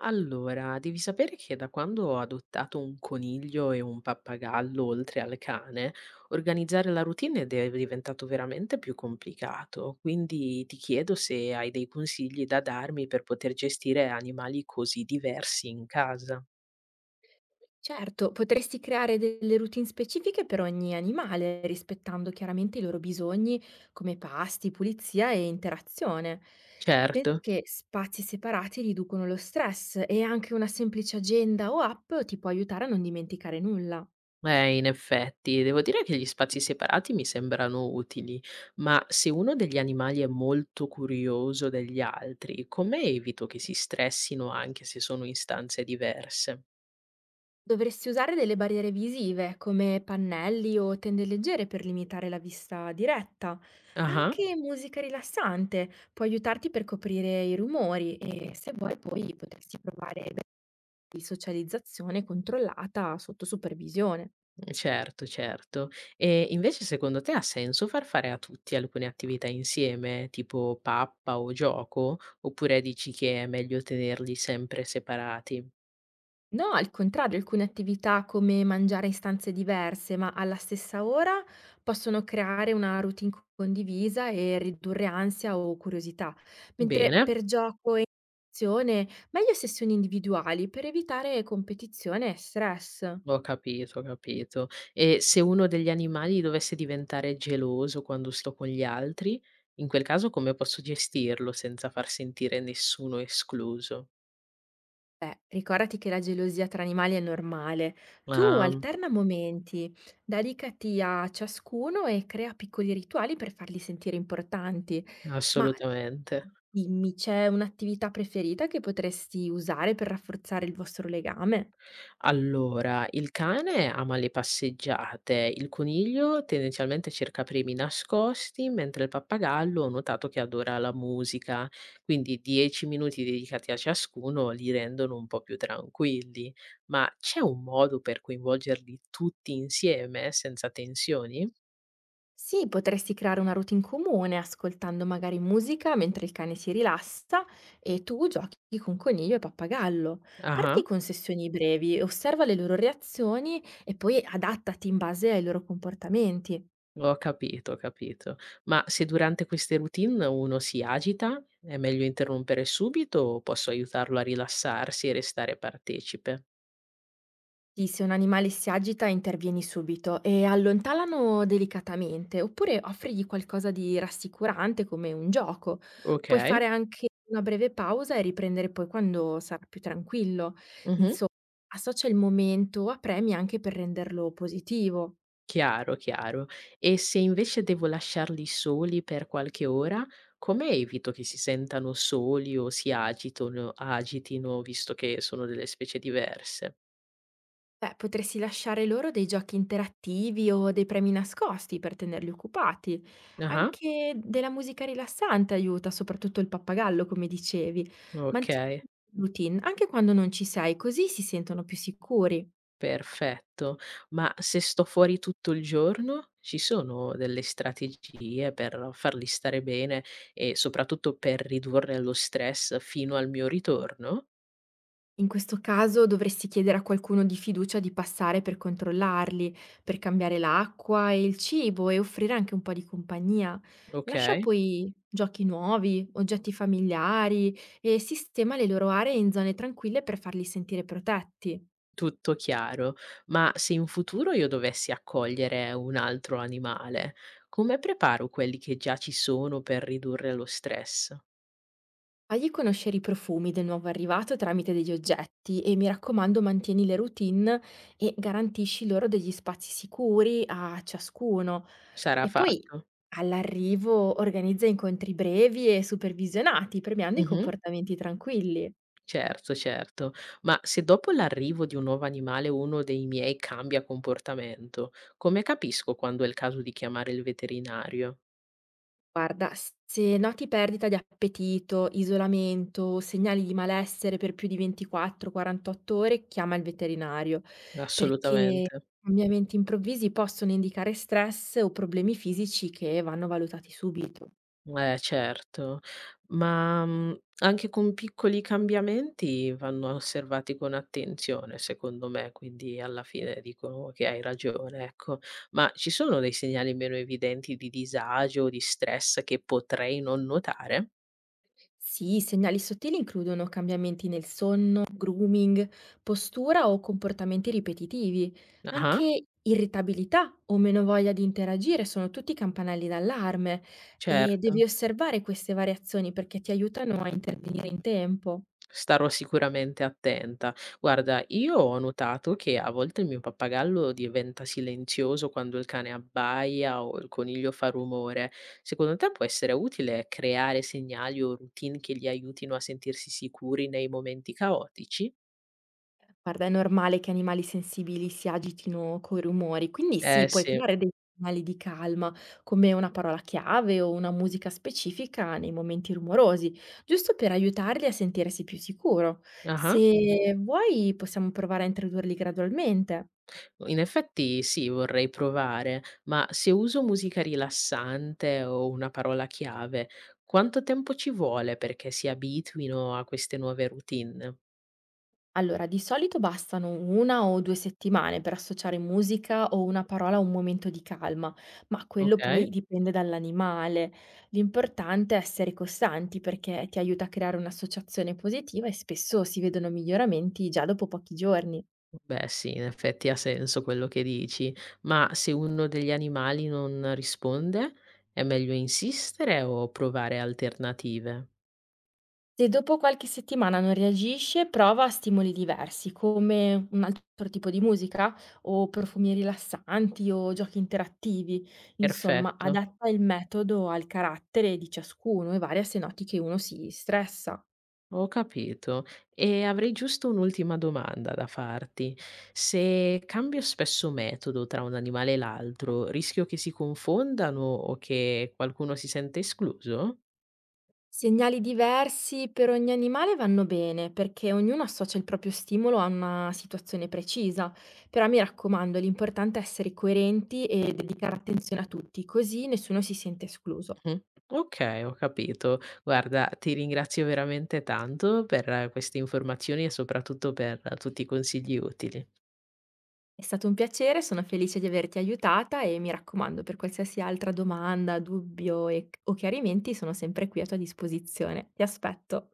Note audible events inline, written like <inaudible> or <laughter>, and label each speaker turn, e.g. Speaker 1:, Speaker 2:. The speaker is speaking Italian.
Speaker 1: Allora, devi sapere che da quando ho adottato un coniglio e un pappagallo oltre al cane, organizzare la routine è diventato veramente più complicato. Quindi ti chiedo se hai dei consigli da darmi per poter gestire animali così diversi in casa.
Speaker 2: Certo, potresti creare delle routine specifiche per ogni animale, rispettando chiaramente i loro bisogni come pasti, pulizia e interazione. Pensa
Speaker 1: Certo.
Speaker 2: che spazi separati riducono lo stress e anche una semplice agenda o app ti può aiutare a non dimenticare nulla.
Speaker 1: In effetti, devo dire che gli spazi separati mi sembrano utili, ma se uno degli animali è molto curioso degli altri, come evito che si stressino anche se sono in stanze diverse?
Speaker 2: Dovresti usare delle barriere visive come pannelli o tende leggere per limitare la vista diretta.
Speaker 1: Ah-ah,
Speaker 2: Anche musica rilassante può aiutarti per coprire i rumori e se vuoi poi potresti provare di socializzazione controllata sotto supervisione.
Speaker 1: mhmm, certo, certo. E invece secondo te ha senso far fare a tutti alcune attività insieme, tipo pappa o gioco, oppure dici che è meglio tenerli sempre separati?
Speaker 2: No, al contrario, alcune attività come mangiare in stanze diverse ma alla stessa ora possono creare una routine condivisa e ridurre ansia o curiosità, mentre
Speaker 1: Bene,
Speaker 2: per gioco e <unintelligible> azione meglio sessioni individuali per evitare competizione e stress.
Speaker 1: ho capito, ho capito. E se uno degli animali dovesse diventare geloso quando sto con gli altri, in quel caso come posso gestirlo senza far sentire nessuno escluso?
Speaker 2: Beh, ricordati che la gelosia tra animali è normale. Tu
Speaker 1: Ah,
Speaker 2: alterna momenti, dedicati a ciascuno e crea piccoli rituali per farli sentire importanti. Ma
Speaker 1: assolutamente.
Speaker 2: dimmi, c'è un'attività preferita che potresti usare per rafforzare il vostro legame?
Speaker 1: Allora, il cane ama le passeggiate, il coniglio tendenzialmente cerca premi nascosti, mentre il pappagallo ho notato che adora la musica, quindi 10 minuti dedicati a ciascuno li rendono un po' più tranquilli. Ma c'è un modo per coinvolgerli tutti insieme senza tensioni?
Speaker 2: Sì, potresti creare una routine comune ascoltando magari musica mentre il cane si rilassa e tu giochi con coniglio e pappagallo.
Speaker 1: Ah,
Speaker 2: Parti con sessioni brevi, osserva le loro reazioni e poi adattati in base ai loro comportamenti.
Speaker 1: ho capito, ho capito. Ma se durante queste routine uno si agita, è meglio interrompere subito o posso aiutarlo a rilassarsi e restare partecipe?
Speaker 2: Sì, se un animale si agita intervieni subito e allontanalo delicatamente, oppure offrigli qualcosa di rassicurante come un gioco. Puoi
Speaker 1: Okay.
Speaker 2: fare anche una breve pausa e riprendere poi quando sarà più tranquillo.
Speaker 1: Mh-mh.
Speaker 2: Insomma, associa il momento a premi anche per renderlo positivo.
Speaker 1: Chiaro, chiaro. E se invece devo lasciarli soli per qualche ora, come evito che si sentano soli o si agitono agitino, visto che sono delle specie diverse?
Speaker 2: Beh, potresti lasciare loro dei giochi interattivi o dei premi nascosti per tenerli occupati.
Speaker 1: Ah-ah.
Speaker 2: Anche della musica rilassante aiuta, soprattutto il pappagallo, come dicevi. Mantieni
Speaker 1: Okay,
Speaker 2: una routine anche quando non ci sei, così si sentono più sicuri.
Speaker 1: perfetto. Ma se sto fuori tutto il giorno, ci sono delle strategie per farli stare bene e soprattutto per ridurre lo stress fino al mio ritorno?
Speaker 2: In questo caso dovresti chiedere a qualcuno di fiducia di passare per controllarli, per cambiare l'acqua e il cibo e offrire anche un po' di compagnia. Lascia
Speaker 1: Okay.
Speaker 2: poi giochi nuovi, oggetti familiari e sistema le loro aree in zone tranquille per farli sentire protetti.
Speaker 1: Tutto chiaro, ma se in futuro io dovessi accogliere un altro animale, come preparo quelli che già ci sono per ridurre lo stress?
Speaker 2: Fagli conoscere i profumi del nuovo arrivato tramite degli oggetti e mi raccomando mantieni le routine e garantisci loro degli spazi sicuri a ciascuno.
Speaker 1: Sarà
Speaker 2: E poi
Speaker 1: fatto?
Speaker 2: all'arrivo organizza incontri brevi e supervisionati, premiando i
Speaker 1: Mh-mh.
Speaker 2: comportamenti tranquilli.
Speaker 1: Certo, certo. Ma se dopo l'arrivo di un nuovo animale uno dei miei cambia comportamento, come capisco quando è il caso di chiamare il veterinario?
Speaker 2: Guarda, se noti perdita di appetito, isolamento, o segnali di malessere per più di 24-48 ore, chiama il veterinario, perché
Speaker 1: Assolutamente.
Speaker 2: cambiamenti improvvisi possono indicare stress o problemi fisici che vanno valutati subito.
Speaker 1: Eh certo, ma, anche con piccoli cambiamenti vanno osservati con attenzione secondo me, quindi alla fine dicono che hai ragione, ecco. Ma ci sono dei segnali meno evidenti di disagio o di stress che potrei non notare?
Speaker 2: Sì, i segnali sottili includono cambiamenti nel sonno, grooming, postura o comportamenti ripetitivi.
Speaker 1: Ah-ah,
Speaker 2: Anche irritabilità o meno voglia di interagire sono tutti campanelli d'allarme e devi
Speaker 1: certo.
Speaker 2: osservare queste variazioni perché ti aiutano a intervenire in tempo.
Speaker 1: Starò sicuramente attenta. Guarda, io ho notato che a volte il mio pappagallo diventa silenzioso quando il cane abbaia o il coniglio fa rumore. Secondo te può essere utile creare segnali o routine che li aiutino a sentirsi sicuri nei momenti caotici?
Speaker 2: Guarda, è normale che animali sensibili si agitino coi rumori, quindi
Speaker 1: Eh
Speaker 2: sì, puoi
Speaker 1: sì.
Speaker 2: creare dei segnali di calma, come una parola chiave o una musica specifica nei momenti rumorosi, giusto per aiutarli a sentirsi più sicuro.
Speaker 1: Ah.
Speaker 2: Se vuoi, possiamo provare a introdurli gradualmente.
Speaker 1: In effetti sì, vorrei provare, ma se uso musica rilassante o una parola chiave, quanto tempo ci vuole perché si abituino a queste nuove routine?
Speaker 2: Allora, di solito bastano 1 o 2 settimane per associare musica o una parola a un momento di calma, ma quello
Speaker 1: Ok.
Speaker 2: poi dipende dall'animale. L'importante è essere costanti perché ti aiuta a creare un'associazione positiva e spesso si vedono miglioramenti già dopo pochi giorni.
Speaker 1: Beh sì, in effetti ha senso quello che dici, ma se uno degli animali non risponde, è meglio insistere o provare alternative?
Speaker 2: Se dopo qualche settimana non reagisce, prova stimoli diversi, come un altro tipo di musica o profumi rilassanti o giochi interattivi. Insomma,
Speaker 1: Perfetto,
Speaker 2: adatta il metodo al carattere di ciascuno e varia se noti che uno si stressa.
Speaker 1: ho capito. E avrei giusto un'ultima domanda da farti. Se cambio spesso metodo tra un animale e l'altro, rischio che si confondano o che qualcuno si sente escluso?
Speaker 2: Segnali diversi per ogni animale vanno bene perché ognuno associa il proprio stimolo a una situazione precisa, però mi raccomando, l'importante è essere coerenti e dedicare attenzione a tutti, così nessuno si sente escluso.
Speaker 1: Mh-mh. Okay, ho capito. Guarda, ti ringrazio veramente tanto per queste informazioni e soprattutto per tutti i consigli utili.
Speaker 2: È stato un piacere, sono felice di averti aiutata e mi raccomando, per qualsiasi altra domanda, dubbio e o chiarimenti sono sempre qui a tua disposizione. Ti aspetto.